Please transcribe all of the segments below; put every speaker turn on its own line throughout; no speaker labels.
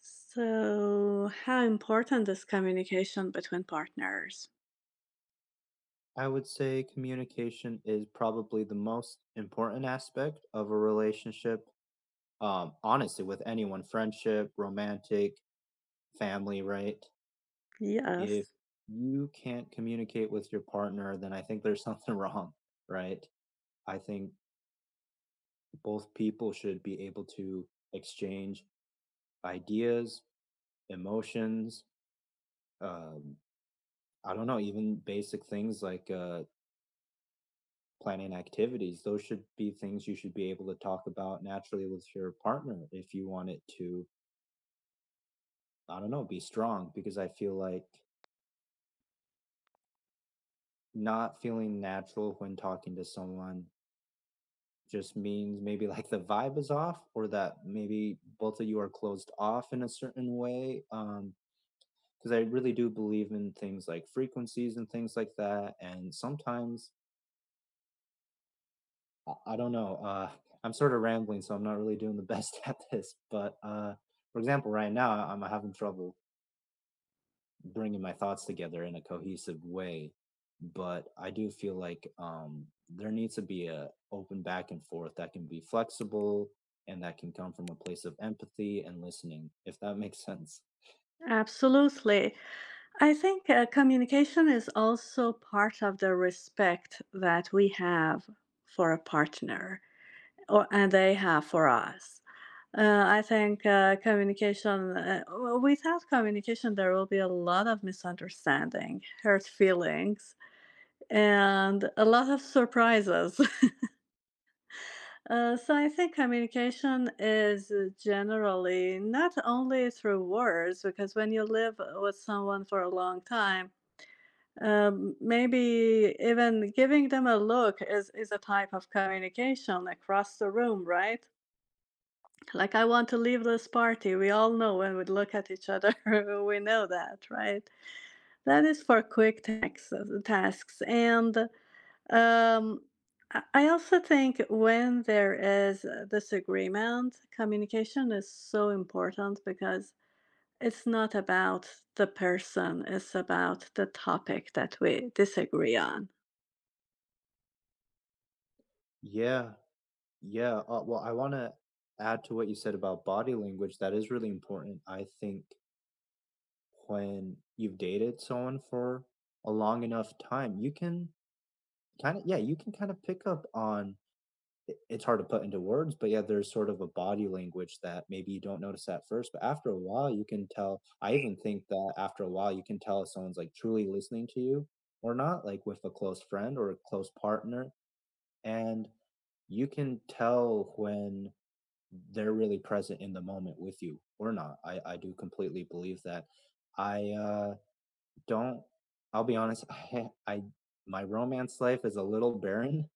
So, how important is communication between partners?
I would say communication is probably the most important aspect of a relationship. Honestly, with anyone, friendship, romantic, family, right?
Yes,
If you can't communicate with your partner, then I think there's something wrong, right? I think both people should be able to exchange ideas, emotions, um, I don't know, even basic things like planning activities. Those should be things you should be able to talk about naturally with your partner if you want it to, I don't know, be strong because I feel like not feeling natural when talking to someone just means maybe like the vibe is off or that maybe both of you are closed off in a certain way. Because I really do believe in things like frequencies and things like that. And sometimes I don't know. I'm sort of rambling, so I'm not really doing the best at this. But for example, right now I'm having trouble bringing my thoughts together in a cohesive way. But I do feel like there needs to be a open back and forth that can be flexible and that can come from a place of empathy and listening, if that makes sense.
absolutely. I think communication is also part of the respect that we have for a partner or and they have for us. I think communication, without communication, there will be a lot of misunderstanding, hurt feelings, and a lot of surprises. So I think communication is generally not only through words, because when you live with someone for a long time, maybe even giving them a look is a type of communication across the room, right? Like, I want to leave this party. We all know when we look at each other, we know that, right? That is for quick tasks. And um, I I also think when there is a disagreement, communication is so important because it's not about the person, it's about the topic that we disagree on.
Yeah, yeah. Well, I want to add to what you said about body language. That is really important. I think when you've dated someone for a long enough time, you can kind of, yeah, you can kind of pick up on it's hard to put into words, but yeah, there's sort of a body language that maybe you don't notice at first, but after a while, you can tell. I even think that after a while, you can tell if someone's like truly listening to you or not, like with a close friend or a close partner. And you can tell when they're really present in the moment with you or not. I do completely believe that. I, don't I'll be honest, I my romance life is a little barren.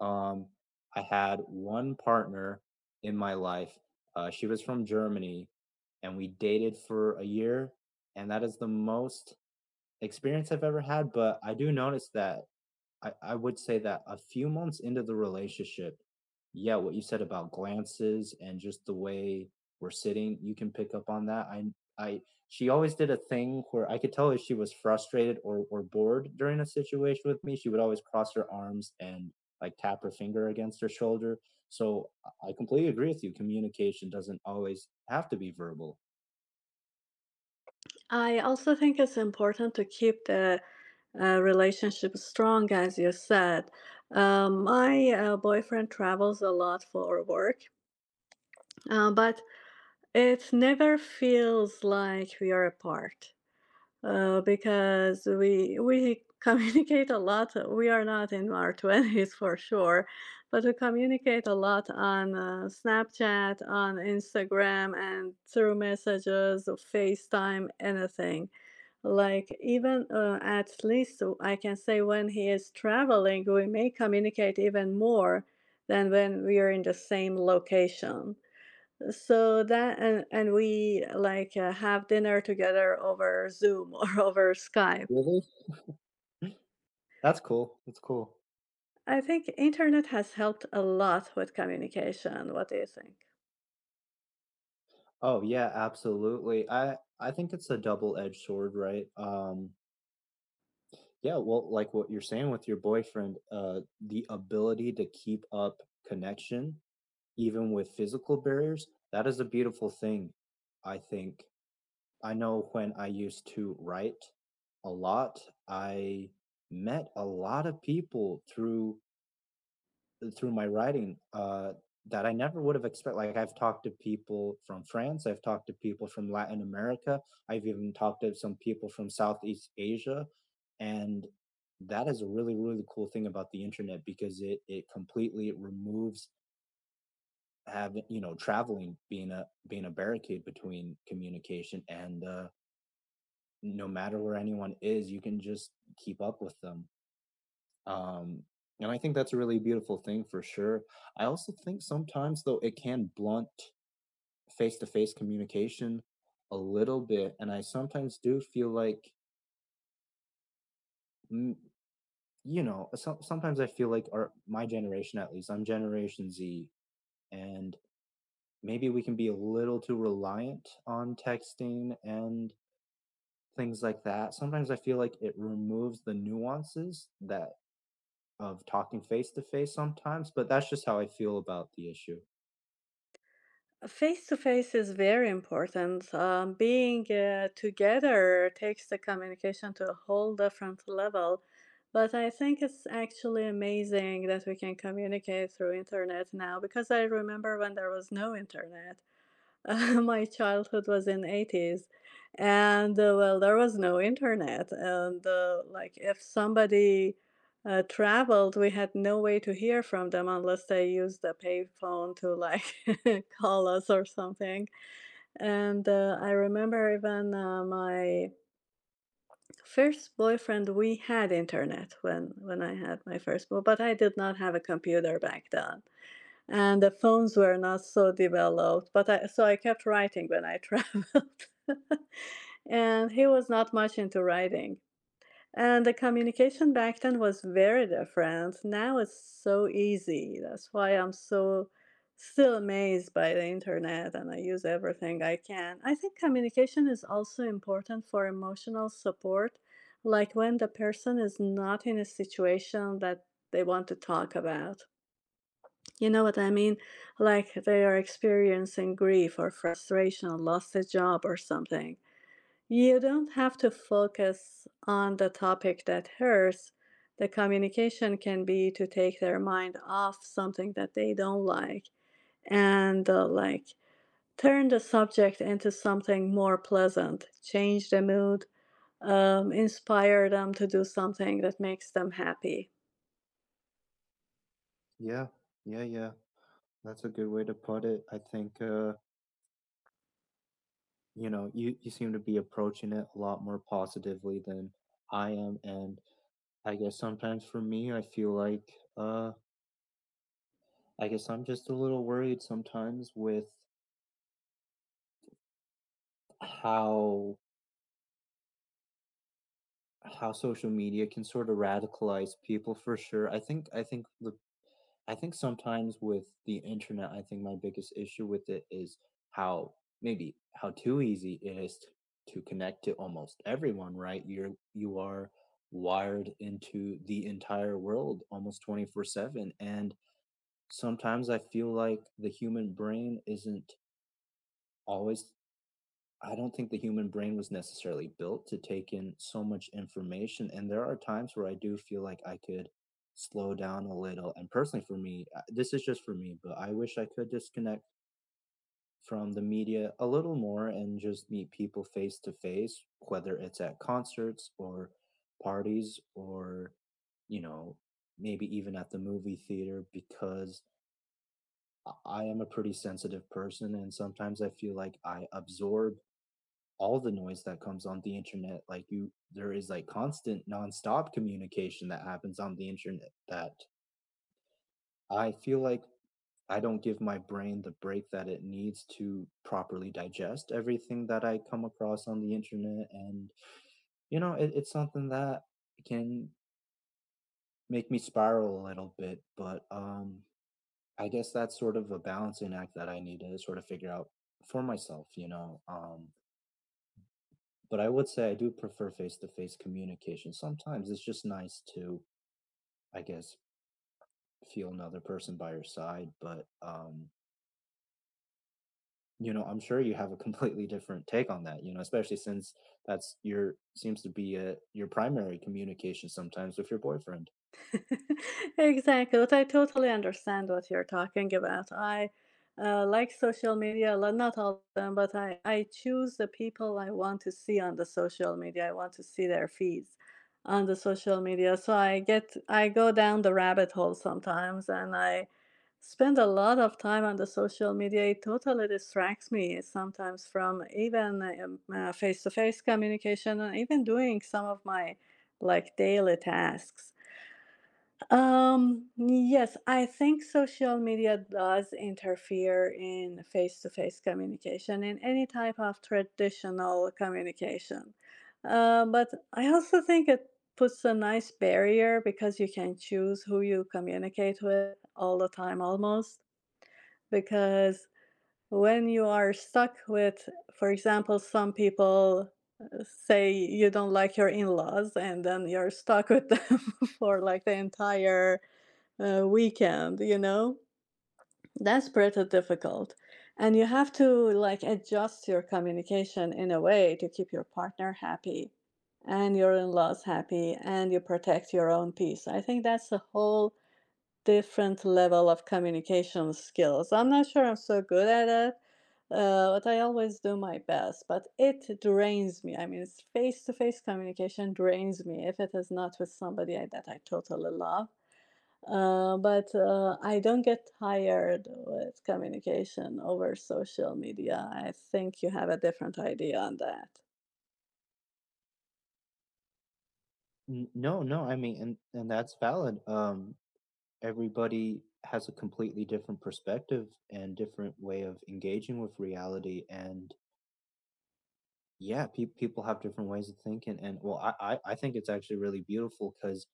Um, I had one partner in my life. She was from Germany, and we dated for a year, and that is the most experience I've ever had. But I do notice that I would say that a few months into the relationship, yeah, what you said about glances and just the way we're sitting, you can pick up on that. I she always did a thing where I could tell if she was frustrated or bored during a situation with me. She would always cross her arms and like tap her finger against her shoulder. So I completely agree with you. Communication doesn't always have to be verbal.
I also think it's important to keep the relationship strong, as you said. My boyfriend travels a lot for work. But it never feels like we are apart because we communicate a lot. We are not in our twenties for sure, but we communicate a lot on Snapchat, on Instagram, and through messages, FaceTime, anything. Like even at least I can say when he is traveling, we may communicate even more than when we are in the same location so that and we like have dinner together over Zoom or over Skype.
Really? That's cool. That's cool.
I think internet has helped a lot with communication. What do you think?
Oh yeah, absolutely. I think it's a double-edged sword, right? Yeah, well, like what you're saying with your boyfriend, the ability to keep up connection, even with physical barriers, that is a beautiful thing, I think. I know when I used to write a lot, I met a lot of people through my writing that I never would have expected. Like I've talked to people from France, I've talked to people from Latin America, I've even talked to some people from Southeast Asia, and that is a really really cool thing about the internet because it completely removes having you know traveling being a barricade between communication and no matter where anyone is, you can just keep up with them. Um, and I think that's a really beautiful thing for sure. I also think sometimes though it can blunt face-to-face communication a little bit, and I sometimes do feel like, mm, you know, sometimes I feel like our my generation at least, I'm Generation Z, and maybe we can be a little too reliant on texting and things like that. Sometimes I feel like it removes the nuances that of talking face to face sometimes, but that's just how I feel about the issue.
Face to face is very important. Being together takes the communication to a whole different level. But I think it's actually amazing that we can communicate through internet now, because I remember when there was no internet. My childhood was in 80's, and, well, there was no internet, and, like, if somebody, traveled, we had no way to hear from them unless they used a payphone to, like, call us or something, and, I remember even, my first boyfriend, we had internet when I had my first boy, but I did not have a computer back then, and the phones were not so developed, but I so I kept writing when I traveled. And he was not much into writing, and the communication back then was very different. Now it's so easy. That's why I'm so still amazed by the internet, and I use everything I can. I think communication is also important for emotional support, like when the person is not in a situation that they want to talk about, you know what I mean? Like they are experiencing grief or frustration, or lost a job or something. You don't have to focus on the topic that hurts. The communication can be to take their mind off something that they don't like, and like turn the subject into something more pleasant, change the mood, inspire them to do something that makes them happy.
Yeah, yeah, yeah. That's a good way to put it. I think you know, you seem to be approaching it a lot more positively than I am, and I guess sometimes for me, I feel like I guess I'm just a little worried sometimes with how how social media can sort of radicalize people for sure. I think sometimes with the internet, I think my biggest issue with it is how maybe how too easy it is to connect to almost everyone, right? You are wired into the entire world almost 24/7 and sometimes I feel like the human brain isn't always I don't think the human brain was necessarily built to take in so much information. And there are times where I do feel like I could slow down a little. And personally, for me, this is just for me, but I wish I could disconnect from the media a little more and just meet people face to face, whether it's at concerts or parties or, you know, maybe even at the movie theater, because I am a pretty sensitive person. And sometimes I feel like I absorb all the noise that comes on the internet like you there is like constant nonstop communication that happens on the internet that I feel like I don't give my brain the break that it needs to properly digest everything that I come across on the internet and you know it, it's something that can make me spiral a little bit but I guess that's sort of a balancing act that I need to sort of figure out for myself you know but I would say I do prefer face to face communication. Sometimes it's just nice to, I guess, feel another person by your side. But, you know, I'm sure you have a completely different take on that, you know, especially since that's your seems to be a, your primary communication sometimes with your boyfriend.
Exactly, but I totally understand what you're talking about. I like social media a lot, not all of them, but I choose the people I want to see on the social media. I want to see their feeds on the social media. So I go down the rabbit hole sometimes, and I spend a lot of time on the social media. It totally distracts me sometimes from even face-to-face communication and even doing some of my like daily tasks. Yes, I think social media does interfere in face-to-face communication, in any type of traditional communication. But I also think it puts a nice barrier, because you can choose who you communicate with all the time almost. Because when you are stuck with, for example, some people say you don't like your in-laws, and then you're stuck with them for like the entire weekend, you know? That's pretty difficult. And you have to like adjust your communication in a way to keep your partner happy and your in-laws happy, and you protect your own peace. I think that's a whole different level of communication skills. I'm not sure I'm so good at it, but I always do my best. But it drains me. I mean, it's face-to-face communication drains me if it is not with somebody that I totally love. But I don't get tired with communication over social media. I think you have a different idea on that.
No, no, I mean, and that's valid. Everybody has a completely different perspective and different way of engaging with reality. And yeah, pe people have different ways of thinking, and well, I think it's actually really beautiful because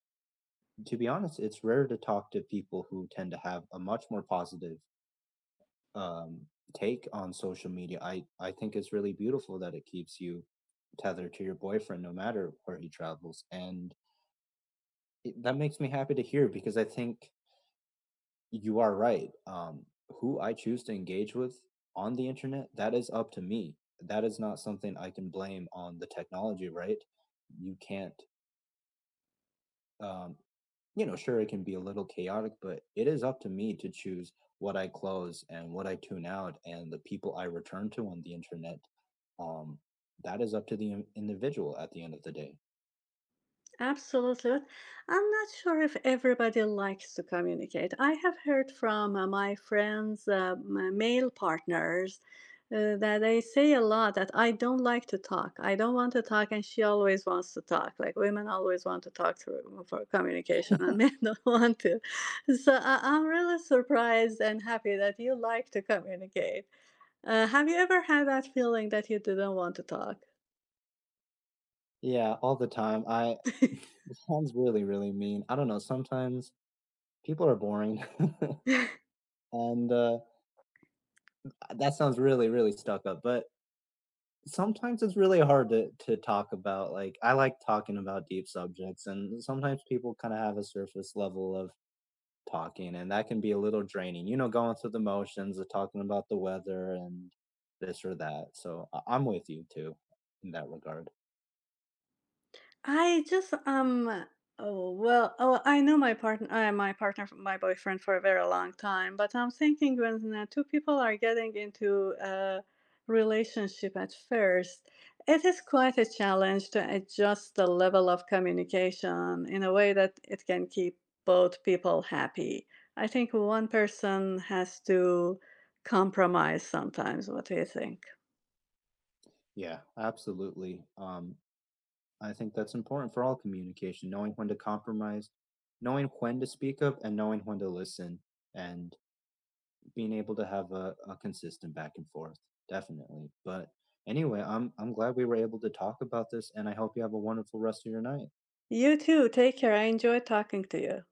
to be honest, it's rare to talk to people who tend to have a much more positive, um, take on social media. I think it's really beautiful that it keeps you tethered to your boyfriend no matter where he travels, and it that makes me happy to hear because I think you are right. Who I choose to engage with on the internet, that is up to me. That is not something I can blame on the technology, right? You can't um, you know, sure, it can be a little chaotic, but it is up to me to choose what I close and what I tune out and the people I return to on the internet. Um, that is up to the individual at the end of the day.
Absolutely. But I'm not sure if everybody likes to communicate. I have heard from my friends, my male partners, that they say a lot that I don't like to talk. I don't want to talk, and she always wants to talk. Like women always want to talk through for communication, and men don't want to. So I'm really surprised and happy that you like to communicate. Have you ever had that feeling that you didn't want to talk?
Yeah, all the time. I it sounds really, really mean. I don't know. Sometimes people are boring, and that sounds really, really stuck up. But sometimes it's really hard to talk about. Like I like talking about deep subjects, and sometimes people kind of have a surface level of talking and that can be a little draining you know going through the motions of talking about the weather and this or that so I'm with you too in that regard.
I just oh well oh, I know my partner, my boyfriend for a very long time, but I'm thinking when two people are getting into a relationship at first, it is quite a challenge to adjust the level of communication in a way that it can keep both people happy. I think one person has to compromise sometimes. What do you think?
Yeah, absolutely. I think that's important for all communication, knowing when to compromise, knowing when to speak up and knowing when to listen, and being able to have a consistent back and forth definitely. But anyway, i'm glad we were able to talk about this and I hope you have a wonderful rest of your night.
You too. Take care. I enjoyed talking to you.